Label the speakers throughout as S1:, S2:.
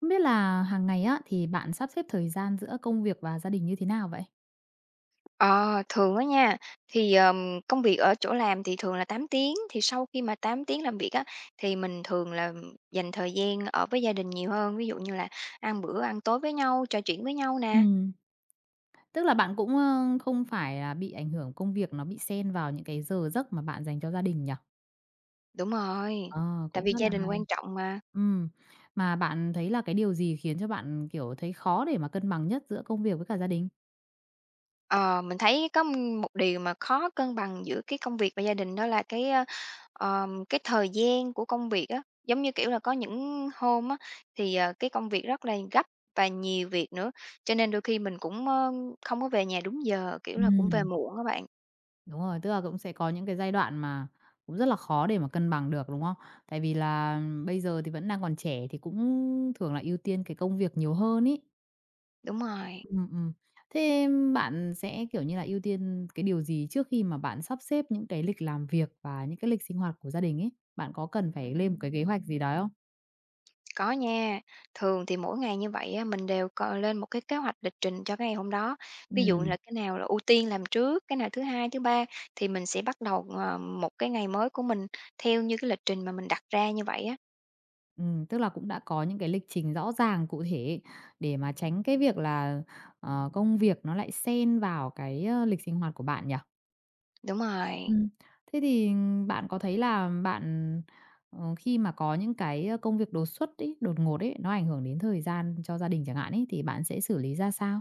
S1: Không biết là hàng ngày á, thì bạn sắp xếp thời gian giữa công việc và gia đình như thế nào vậy?
S2: Ờ, Thường á nha, thì, công việc ở chỗ làm thì thường là 8 tiếng, thì sau khi mà 8 tiếng làm việc á, thì mình thường là dành thời gian ở với gia đình nhiều hơn, ví dụ như là ăn bữa ăn tối với nhau, trò chuyện với nhau nè.
S1: Ừm. Tức là bạn cũng, không phải là bị ảnh hưởng công việc nó bị xen vào những cái giờ giấc mà bạn dành cho gia đình nhỉ?
S2: Đúng rồi,
S1: Ờ,
S2: tại
S1: cũng
S2: vì
S1: rất
S2: gia
S1: là
S2: đình
S1: hay.
S2: quan trọng mà.
S1: Ừm, mà bạn thấy là cái điều gì khiến cho bạn, kiểu, thấy khó để mà cân bằng nhất giữa công việc với cả gia đình?
S2: Ờ, mình thấy có một điều mà khó cân bằng giữa cái công việc và gia đình đó là cái thời gian của công việc á. Giống như, kiểu là, có những hôm á, thì, cái công việc rất là gấp và nhiều việc nữa, cho nên đôi khi mình cũng, không có về nhà đúng giờ, kiểu là, cũng về
S1: Ừm.
S2: muộn các bạn.
S1: Đúng rồi, tức là cũng sẽ có những cái giai đoạn mà cũng rất là khó để mà cân bằng được, đúng không? Tại vì là bây giờ thì vẫn đang còn trẻ thì cũng thường là ưu tiên cái công việc nhiều hơn ý.
S2: Đúng rồi.
S1: Ừm, ừm. Thế bạn sẽ, kiểu như là, ưu tiên cái điều gì trước khi mà bạn sắp xếp những cái lịch làm việc và những cái lịch sinh hoạt của gia đình ấy? Bạn có cần phải lên một cái kế hoạch gì đó không?
S2: Có nha, thường thì mỗi ngày như vậy á, mình đều có lên một cái kế hoạch lịch trình cho cái ngày hôm đó. Ví dụ
S1: Ừm,
S2: là cái nào là ưu tiên làm trước, cái nào thứ hai, thứ ba thì mình sẽ bắt đầu, một cái ngày mới của mình theo như cái lịch trình mà mình đặt ra như vậy á.
S1: Tức là cũng đã có những cái lịch trình rõ ràng, cụ thể để mà tránh cái việc là, công việc nó lại xen vào cái, lịch sinh hoạt của bạn nhỉ?
S2: Đúng rồi.
S1: Ừm, Thế thì bạn có thấy là bạn, khi mà có những cái, công việc đột xuất ấy, đột ngột ấy, nó ảnh hưởng đến thời gian cho gia đình chẳng hạn ấy, thì bạn sẽ xử lý ra sao?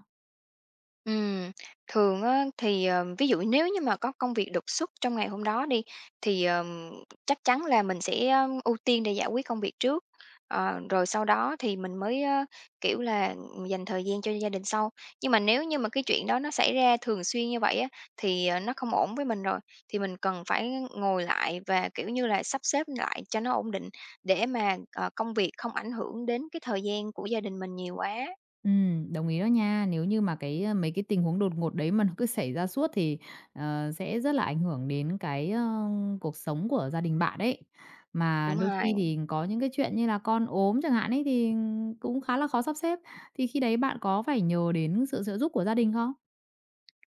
S2: Ừm, Thường á thì, ví dụ nếu như mà có công việc đột xuất trong ngày hôm đó đi, thì, chắc chắn là mình sẽ, ưu tiên để giải quyết công việc trước, rồi sau đó thì mình mới, kiểu là, dành thời gian cho gia đình sau. Nhưng mà nếu như mà cái chuyện đó nó xảy ra thường xuyên như vậy á, thì, nó không ổn với mình rồi, thì mình cần phải ngồi lại và, kiểu như là, sắp xếp lại cho nó ổn định để mà, công việc không ảnh hưởng đến cái thời gian của gia đình mình nhiều quá.
S1: Đồng ý đó nha. Nếu như mà cái, mấy cái tình huống đột ngột đấy mà nó cứ xảy ra suốt thì, sẽ rất là ảnh hưởng đến cái, cuộc sống của gia đình bạn đấy. Mà
S2: Đúng
S1: đôi
S2: rồi.
S1: khi thì có những cái chuyện như là con ốm chẳng hạn ấy, thì cũng khá là khó sắp xếp, thì khi đấy bạn có phải nhờ đến sự trợ giúp của gia đình không?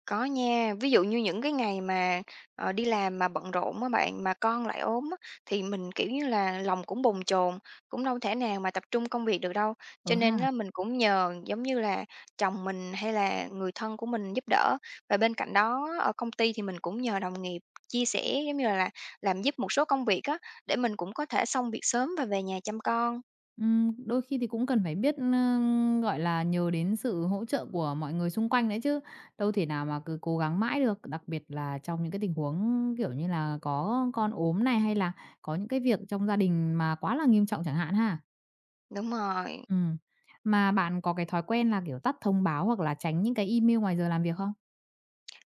S2: Có nha, ví dụ như những cái ngày mà, đi làm mà bận rộn á bạn, mà con lại ốm á, thì mình, kiểu như là, lòng cũng bồn chồn, cũng đâu thể nào mà tập trung công việc được đâu. Cho
S1: Ừ
S2: nên
S1: ha.
S2: là mình cũng nhờ, giống như là, chồng mình hay là người thân của mình giúp đỡ. Và bên cạnh đó ở công ty thì mình cũng nhờ đồng nghiệp chia sẻ, giống như là, làm giúp một số công việc á, để mình cũng có thể xong việc sớm và về nhà chăm con.
S1: Đôi khi thì cũng cần phải biết, gọi là, nhờ đến sự hỗ trợ của mọi người xung quanh đấy chứ, đâu thể nào mà cứ cố gắng mãi được. Đặc biệt là trong những cái tình huống, kiểu như là, có con ốm này, hay là có những cái việc trong gia đình mà quá là nghiêm trọng chẳng hạn ha.
S2: Đúng rồi.
S1: Ừm, mà bạn có cái thói quen là, kiểu, tắt thông báo hoặc là tránh những cái email ngoài giờ làm việc không?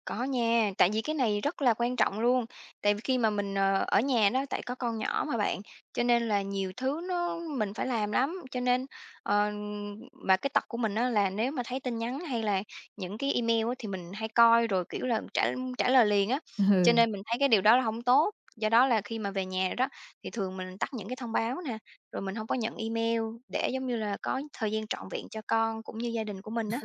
S2: Có nha, tại vì cái này rất là quan trọng luôn. Tại vì khi mà mình, ở nhà đó, tại có con nhỏ mà bạn, cho nên là nhiều thứ nó mình phải làm lắm. Cho nên, ờ, mà cái tật của mình đó là nếu mà thấy tin nhắn hay là những cái email á thì mình hay coi rồi, kiểu là, trả trả lời liền á, cho
S1: Ừ.
S2: nên mình thấy cái điều đó là không tốt. Do đó là khi mà về nhà đó, thì thường mình tắt những cái thông báo nè, rồi mình không có nhận email để, giống như là, có thời gian trọn vẹn cho con cũng như gia đình của mình á.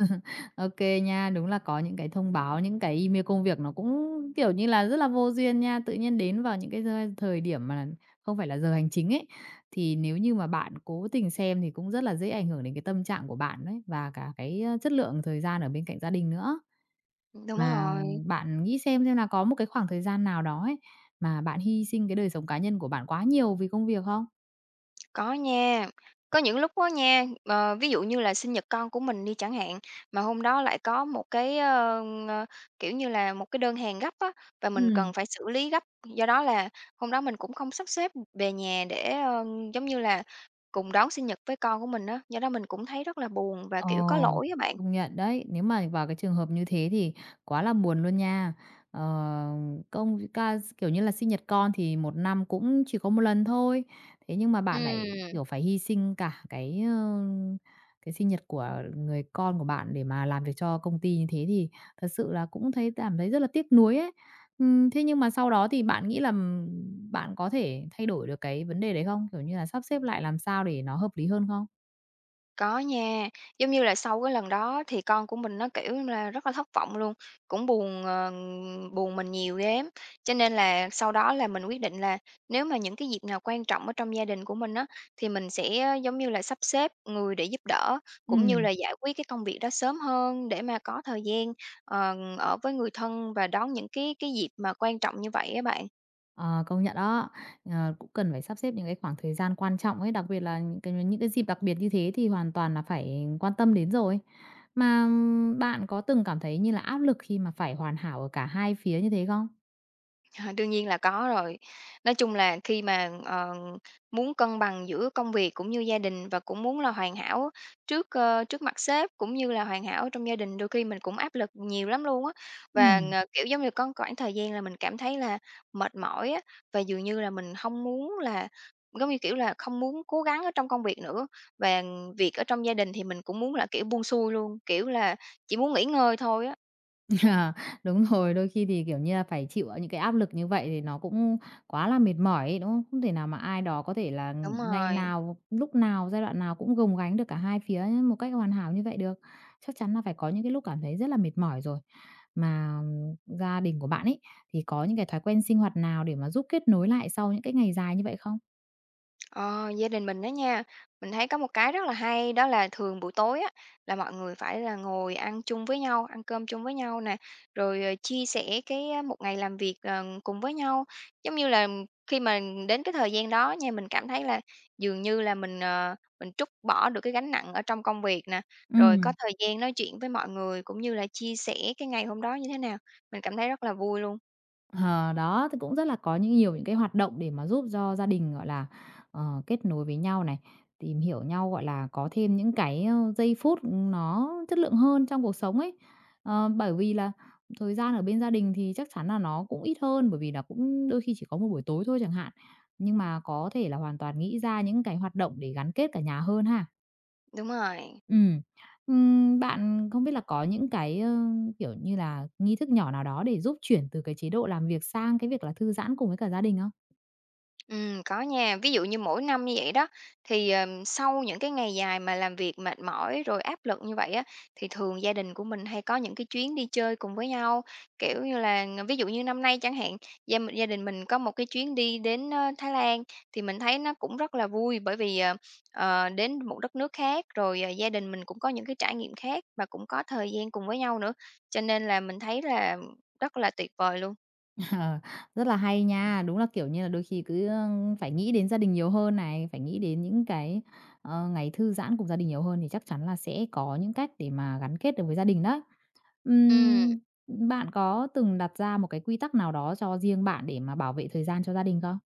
S1: OK nha, đúng là có những cái thông báo, những cái email công việc nó cũng, kiểu như là, rất là vô duyên nha, tự nhiên đến vào những cái giai thời điểm mà không phải là giờ hành chính ấy, thì nếu như mà bạn cố tình xem thì cũng rất là dễ ảnh hưởng đến cái tâm trạng của bạn đấy, và cả cái, chất lượng thời gian ở bên cạnh gia đình nữa.
S2: Đúng
S1: Mà
S2: rồi.
S1: bạn nghĩ xem là có một cái khoảng thời gian nào đó ấy, mà bạn hy sinh cái đời sống cá nhân của bạn quá nhiều vì công việc không?
S2: Có nha. Có những lúc á nha, ví dụ như là sinh nhật con của mình đi chẳng hạn, mà hôm đó lại có một cái, ờ, kiểu như là, một cái đơn hàng gấp á, và mình
S1: Ừm.
S2: cần phải xử lý gấp. Do đó là hôm đó mình cũng không sắp xếp về nhà để, giống như là, cùng đón sinh nhật với con của mình á, do đó mình cũng thấy rất là buồn và,
S1: Ồ,
S2: kiểu, có lỗi á bạn.
S1: công nhận đấy. Nếu mà vào cái trường hợp như thế thì quá là buồn luôn nha. Ờ, công ca kiểu như là, sinh nhật con thì một năm cũng chỉ có một lần thôi. Thế nhưng mà bạn lại,
S2: Ừm.
S1: kiểu, phải hy sinh cả cái, cái sinh nhật của người con của bạn để mà làm việc cho công ty như thế thì thật sự là cũng cảm thấy rất là tiếc nuối ấy. Thế nhưng mà sau đó thì bạn nghĩ là, bạn có thể thay đổi được cái vấn đề đấy không? Kiểu như là, sắp xếp lại làm sao để nó hợp lý hơn không?
S2: Có nha, giống như là sau cái lần đó thì con của mình nó, kiểu là, rất là thất vọng luôn, cũng buồn, buồn mình nhiều ghê á. Cho nên là sau đó là mình quyết định là nếu mà những cái dịp nào quan trọng ở trong gia đình của mình á, thì mình sẽ, giống như là, sắp xếp người để giúp đỡ,
S1: Ừ.
S2: cũng như là giải quyết cái công việc đó sớm hơn để mà có thời gian, ở với người thân và đón những cái dịp mà quan trọng như vậy á bạn.
S1: Ờ, công nhận đó. Cũng cần phải sắp xếp những cái khoảng thời gian quan trọng ấy, đặc biệt là những cái dịp đặc biệt như thế thì hoàn toàn là phải quan tâm đến rồi. Mà bạn có từng cảm thấy như là áp lực khi mà phải hoàn hảo ở cả hai phía như thế không?
S2: Đương nhiên là có rồi. Nói chung là khi mà, muốn cân bằng giữa công việc cũng như gia đình và cũng muốn là hoàn hảo trước mặt sếp cũng như là hoàn hảo trong gia đình, đôi khi mình cũng áp lực nhiều lắm luôn á. Và,
S1: Ừm.
S2: kiểu, giống như có quãng thời gian là mình cảm thấy là mệt mỏi á, và dường như là mình không muốn là giống như, kiểu là, không muốn cố gắng ở trong công việc nữa. Và việc ở trong gia đình thì mình cũng muốn là, kiểu, buông xuôi luôn, kiểu là, chỉ muốn nghỉ ngơi thôi á.
S1: À, đúng rồi, đôi khi thì, kiểu như là, phải chịu, những cái áp lực như vậy thì nó cũng quá là mệt mỏi ấy, đúng không? Không thể nào mà ai đó có thể là
S2: Đúng
S1: ngày
S2: rồi.
S1: nào, lúc nào, giai đoạn nào cũng gồng gánh được cả hai phía một cách hoàn hảo như vậy được. Chắc chắn là phải có những cái lúc cảm thấy rất là mệt mỏi rồi. Mà gia đình của bạn ấy, thì có những cái thói quen sinh hoạt nào để mà giúp kết nối lại sau những cái ngày dài như vậy không?
S2: Ờ, Gia đình mình đó nha, mình thấy có một cái rất là hay đó là thường buổi tối á là mọi người phải là ngồi ăn chung với nhau, ăn cơm chung với nhau nè, rồi, chia sẻ cái, một ngày làm việc, cùng với nhau. Giống như là khi mà đến cái thời gian đó nha, mình cảm thấy là dường như là mình trút bỏ được cái gánh nặng ở trong công việc nè, rồi có
S1: Ừm.
S2: thời gian nói chuyện với mọi người cũng như là chia sẻ cái ngày hôm đó như thế nào. Mình cảm thấy rất là vui luôn.
S1: Ờ, đó, thì cũng rất là có nhiều những cái hoạt động để mà giúp cho gia đình, gọi là, kết nối với nhau này, tìm hiểu nhau, gọi là, có thêm những cái, giây phút nó chất lượng hơn trong cuộc sống ấy. Ờ, bởi vì là thời gian ở bên gia đình thì chắc chắn là nó cũng ít hơn, bởi vì là cũng đôi khi chỉ có một buổi tối thôi chẳng hạn, nhưng mà có thể là hoàn toàn nghĩ ra những cái hoạt động để gắn kết cả nhà hơn ha.
S2: Đúng rồi.
S1: Ừm. Bạn không biết là có những cái, kiểu như là, nghi thức nhỏ nào đó để giúp chuyển từ cái chế độ làm việc sang cái việc là thư giãn cùng với cả gia đình không?
S2: Có nha. Ví dụ như mỗi năm như vậy đó, thì, sau những cái ngày dài mà làm việc mệt mỏi rồi áp lực như vậy á, thì thường gia đình của mình hay có những cái chuyến đi chơi cùng với nhau. Kiểu như là, ví dụ như năm nay chẳng hạn, gia đình mình có một cái chuyến đi đến, Thái Lan, thì mình thấy nó cũng rất là vui bởi vì, đến một đất nước khác, rồi, gia đình mình cũng có những cái trải nghiệm khác và cũng có thời gian cùng với nhau nữa, cho nên là mình thấy là rất là tuyệt vời luôn.
S1: Ờ, rất là hay nha. Đúng là, kiểu như là, đôi khi cứ, phải nghĩ đến gia đình nhiều hơn này, phải nghĩ đến những cái, ngày thư giãn cùng gia đình nhiều hơn thì chắc chắn là sẽ có những cách để mà gắn kết được với gia đình đó.
S2: Ừm.
S1: Ừm, Bạn có từng đặt ra một cái quy tắc nào đó cho riêng bạn để mà bảo vệ thời gian cho gia đình không?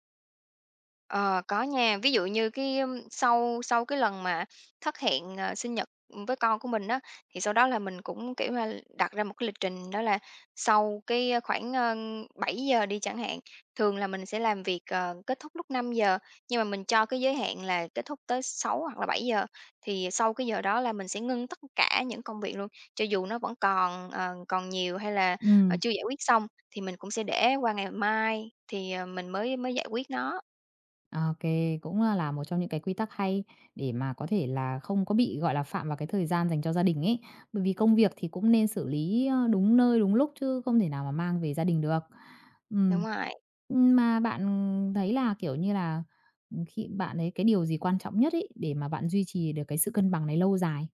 S2: Ờ, có nha. Ví dụ như cái, ưm, sau sau cái lần mà thất hẹn, sinh nhật, với con của mình á, thì sau đó là mình cũng, kiểu là, đặt ra một cái lịch trình đó là sau cái, khoảng, 7 giờ đi chẳng hạn, thường là mình sẽ làm việc, kết thúc lúc 5 giờ nhưng mà mình cho cái giới hạn là kết thúc tới 6 hoặc là 7 giờ thì sau cái giờ đó là mình sẽ ngưng tất cả những công việc luôn. Cho dù nó vẫn còn nhiều hay là,
S1: Ừ.
S2: chưa giải quyết xong thì mình cũng sẽ để qua ngày mai thì, mình mới mới giải quyết nó.
S1: OK, cũng là một trong những cái quy tắc hay để mà có thể là không có bị, gọi là, phạm vào cái thời gian dành cho gia đình ấy. Bởi vì công việc thì cũng nên xử lý, đúng nơi, đúng lúc chứ không thể nào mà mang về gia đình được.
S2: Đúng
S1: Ừm.
S2: rồi.
S1: Mà bạn thấy là, kiểu như là, khi bạn thấy cái điều gì quan trọng nhất ấy để mà bạn duy trì được cái sự cân bằng này lâu dài?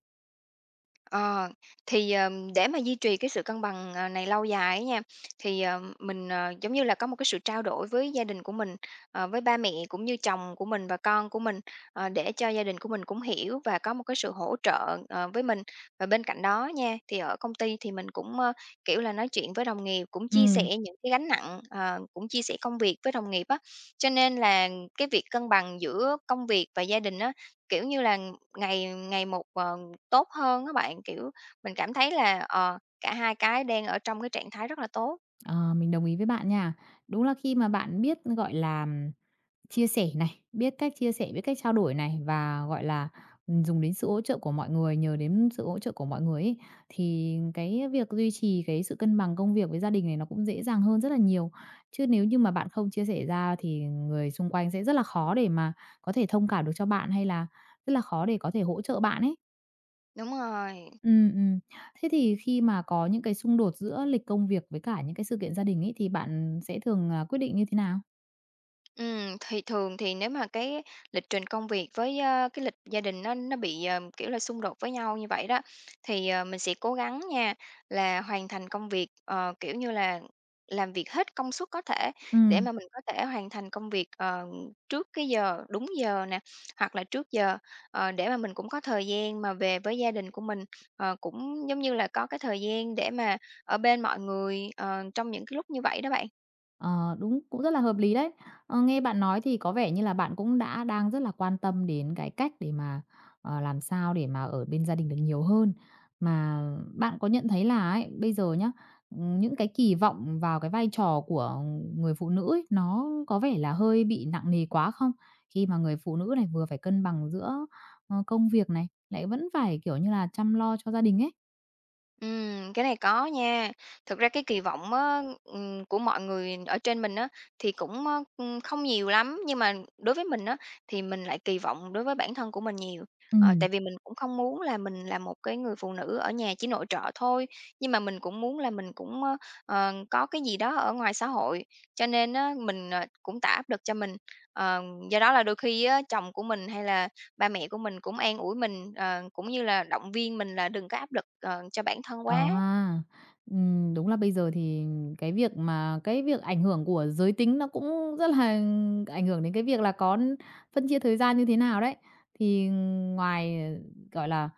S2: Ờ, thì, để mà duy trì cái sự cân bằng, này lâu dài á nha, thì, mình, giống như là, có một cái sự trao đổi với gia đình của mình, với ba mẹ cũng như chồng của mình và con của mình, để cho gia đình của mình cũng hiểu và có một cái sự hỗ trợ, với mình. Và bên cạnh đó nha, thì ở công ty thì mình cũng, kiểu là, nói chuyện với đồng nghiệp, cũng chia sẻ
S1: Ừm.
S2: những cái gánh nặng, cũng chia sẻ công việc với đồng nghiệp á. Cho nên là cái việc cân bằng giữa công việc và gia đình á, kiểu như là, ngày ngày một, tốt hơn á bạn, kiểu, mình cảm thấy là, cả hai cái đang ở trong cái trạng thái rất là tốt.
S1: Ờ, mình đồng ý với bạn nha. Đúng là khi mà bạn biết, gọi là, chia sẻ này, biết cách chia sẻ, biết cách trao đổi này và, gọi là, dùng đến sự hỗ trợ của mọi người, nhờ đến sự hỗ trợ của mọi người ấy, thì cái việc duy trì cái sự cân bằng công việc với gia đình này nó cũng dễ dàng hơn rất là nhiều. Chứ nếu như mà bạn không chia sẻ ra thì người xung quanh sẽ rất là khó để mà có thể thông cảm được cho bạn, hay là rất là khó để có thể hỗ trợ bạn ấy.
S2: Đúng rồi.
S1: Ừm, ừm. Thế thì khi mà có những cái xung đột giữa lịch công việc với cả những cái sự kiện gia đình ấy, thì bạn sẽ thường, à, quyết định như thế nào?
S2: Thì thường thì nếu mà cái lịch trình công việc với, cái lịch gia đình nó bị, kiểu là, xung đột với nhau như vậy đó, thì, mình sẽ cố gắng nha là hoàn thành công việc, kiểu như là, làm việc hết công suất có thể để
S1: Ừm.
S2: mà mình có thể hoàn thành công việc, trước cái giờ đúng giờ nè, hoặc là trước giờ, để mà mình cũng có thời gian mà về với gia đình của mình, cũng giống như là có cái thời gian để mà ở bên mọi người, trong những cái lúc như vậy đó bạn.
S1: Ờ, đúng, cũng rất là hợp lý đấy. Nghe bạn nói thì có vẻ như là bạn cũng đã đang rất là quan tâm đến cái cách để mà, làm sao để mà ở bên gia đình được nhiều hơn. Mà bạn có nhận thấy là ấy, bây giờ nhá, những cái kỳ vọng vào cái vai trò của người phụ nữ ấy, nó có vẻ là hơi bị nặng nề quá không? Khi mà người phụ nữ này vừa phải cân bằng giữa, công việc này, lại vẫn phải, kiểu như là, chăm lo cho gia đình ấy.
S2: Cái này có nha. Thực ra cái kỳ vọng á, của mọi người ở trên mình á, thì cũng, không nhiều lắm, nhưng mà đối với mình á, thì mình lại kỳ vọng đối với bản thân của mình nhiều.
S1: Ừm.
S2: Tại vì mình cũng không muốn là mình là một cái người phụ nữ ở nhà chỉ nội trợ thôi, nhưng mà mình cũng muốn là mình cũng, có cái gì đó ở ngoài xã hội, cho nên á, mình, cũng tạo áp lực cho mình. Ờ, Do đó là đôi khi á, chồng của mình hay là ba mẹ của mình cũng an ủi mình, cũng như là động viên mình là đừng có áp lực, cho bản thân
S1: Ờ
S2: quá.
S1: ha. Đúng là bây giờ thì cái việc ảnh hưởng của giới tính nó cũng rất là ảnh hưởng đến cái việc là có phân chia thời gian như thế nào đấy. Thì ngoài, gọi là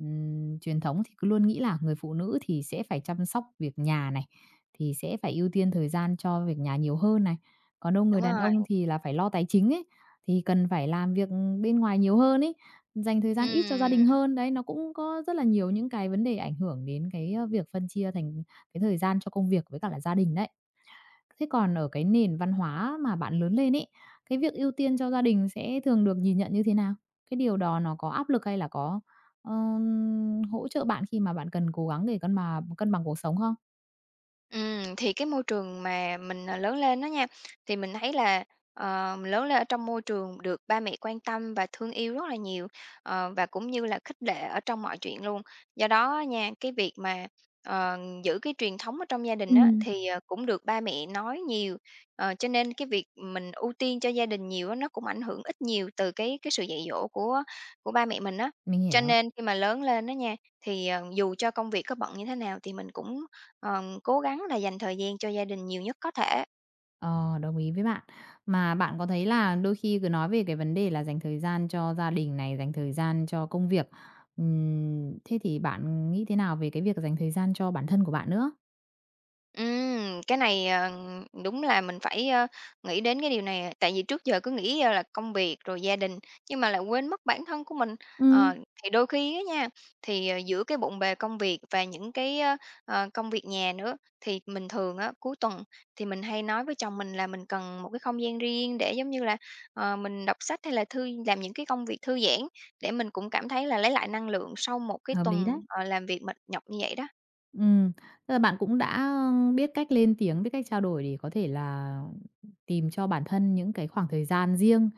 S1: Truyền thống thì cứ luôn nghĩ là người phụ nữ thì sẽ phải chăm sóc việc nhà này, thì sẽ phải ưu tiên thời gian cho việc nhà nhiều hơn này. Còn đâu người
S2: Đúng
S1: đàn
S2: rồi,
S1: ông thì là phải lo tài chính ấy, thì cần phải làm việc bên ngoài nhiều hơn ấy, dành thời gian ít cho gia
S2: ừm.
S1: đình hơn. Đấy, nó cũng có rất là nhiều những cái vấn đề ảnh hưởng đến cái, việc phân chia thành cái thời gian cho công việc với cả là gia đình đấy. Thế còn ở cái nền văn hóa mà bạn lớn lên ấy, cái việc ưu tiên cho gia đình sẽ thường được nhìn nhận như thế nào? Cái điều đó nó có áp lực hay là có, hỗ trợ bạn khi mà bạn cần cố gắng để cân bằng cuộc sống không?
S2: Thì cái môi trường mà mình, lớn lên đó nha, thì mình thấy là, mình lớn lên ở trong môi trường được ba mẹ quan tâm và thương yêu rất là nhiều, và cũng như là khích lệ ở trong mọi chuyện luôn. Do đó á nha, cái việc mà, ờ, giữ cái truyền thống ở trong gia đình á,
S1: Ừm.
S2: thì, cũng được ba mẹ nói nhiều, cho nên cái việc mình ưu tiên cho gia đình nhiều á, nó cũng ảnh hưởng ít nhiều từ cái sự dạy dỗ của ba mẹ mình á.
S1: Mình
S2: Cho
S1: hiểu,
S2: nên khi mà lớn lên đó nha, thì, dù cho công việc có bận như thế nào thì mình cũng cố gắng là dành thời gian cho gia đình nhiều nhất có thể.
S1: ờ, đồng ý với bạn. Mà bạn có thấy là đôi khi cứ nói về cái vấn đề là dành thời gian cho gia đình này, dành thời gian cho công việc, thế thì bạn nghĩ thế nào về cái việc dành thời gian cho bản thân của bạn nữa?
S2: Cái này, đúng là mình phải, nghĩ đến cái điều này, tại vì trước giờ cứ nghĩ, là công việc rồi gia đình, nhưng mà lại quên mất bản thân của mình.
S1: Ừm.
S2: Ờ, thì đôi khi á nha, thì, giữa cái bộn bề công việc và những cái, công việc nhà nữa, thì mình thường á, cuối tuần thì mình hay nói với chồng mình là mình cần một cái không gian riêng để, giống như là, mình đọc sách hay là làm những cái công việc thư giãn, để mình cũng cảm thấy là lấy lại năng lượng sau một cái
S1: Hợp lý
S2: tuần,
S1: đấy.
S2: làm việc mệt nhọc như vậy đó.
S1: Ừm, Tức là bạn cũng đã biết cách lên tiếng, biết cách trao đổi để có thể là tìm cho bản thân những cái khoảng thời gian riêng,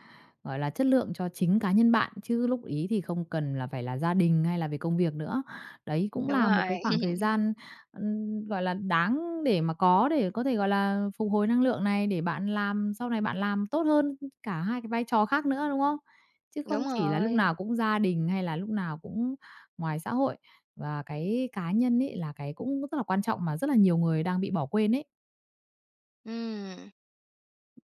S1: gọi là, chất lượng cho chính cá nhân bạn, chứ lúc ấy thì không cần là phải là gia đình hay là về công việc nữa. Đấy cũng
S2: Đúng
S1: là một cái
S2: rồi,
S1: khoảng thời gian, gọi là, đáng để mà có để có thể, gọi là, phục hồi năng lượng này, để bạn làm sau này bạn làm tốt hơn cả hai cái vai trò khác nữa, đúng không? Chứ không
S2: đúng
S1: chỉ là lúc
S2: rồi.
S1: nào cũng gia đình hay là lúc nào cũng ngoài xã hội. Và cái cá nhân ấy là cái cũng rất là quan trọng mà rất là nhiều người đang bị bỏ quên ấy.
S2: Ừm,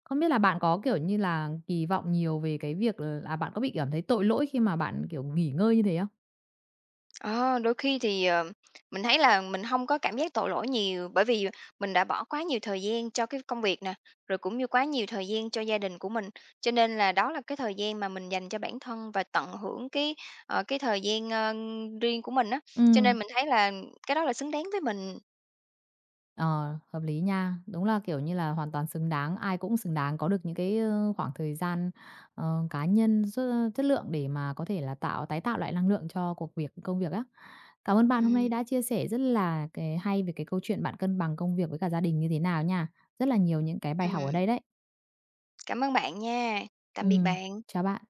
S1: Không biết là bạn có, kiểu như là, kỳ vọng nhiều về cái việc là à, bạn có bị cảm thấy tội lỗi khi mà bạn, kiểu, nghỉ ngơi như thế không?
S2: ờ, Đôi khi thì, mình thấy là mình không có cảm giác tội lỗi nhiều, bởi vì mình đã bỏ quá nhiều thời gian cho cái công việc nè, rồi cũng như quá nhiều thời gian cho gia đình của mình. Cho nên là đó là cái thời gian mà mình dành cho bản thân và tận hưởng cái thời gian, riêng của mình á, cho
S1: Ừm.
S2: nên mình thấy là cái đó là xứng đáng với mình.
S1: Ờ, hợp lý nha. Đúng là, kiểu như là, hoàn toàn xứng đáng, ai cũng xứng đáng có được những cái, khoảng thời gian, cá nhân rất chất lượng để mà có thể là tái tạo lại năng lượng cho công việc á. Cảm ơn bạn hôm nay
S2: Ừm,
S1: đã chia sẻ rất là cái hay về cái câu chuyện bạn cân bằng công việc với cả gia đình như thế nào nha. Rất là nhiều những cái bài học ở
S2: ừm,
S1: đây đấy.
S2: cảm ơn bạn nha. Tạm biệt
S1: Ừm,
S2: bạn.
S1: chào bạn.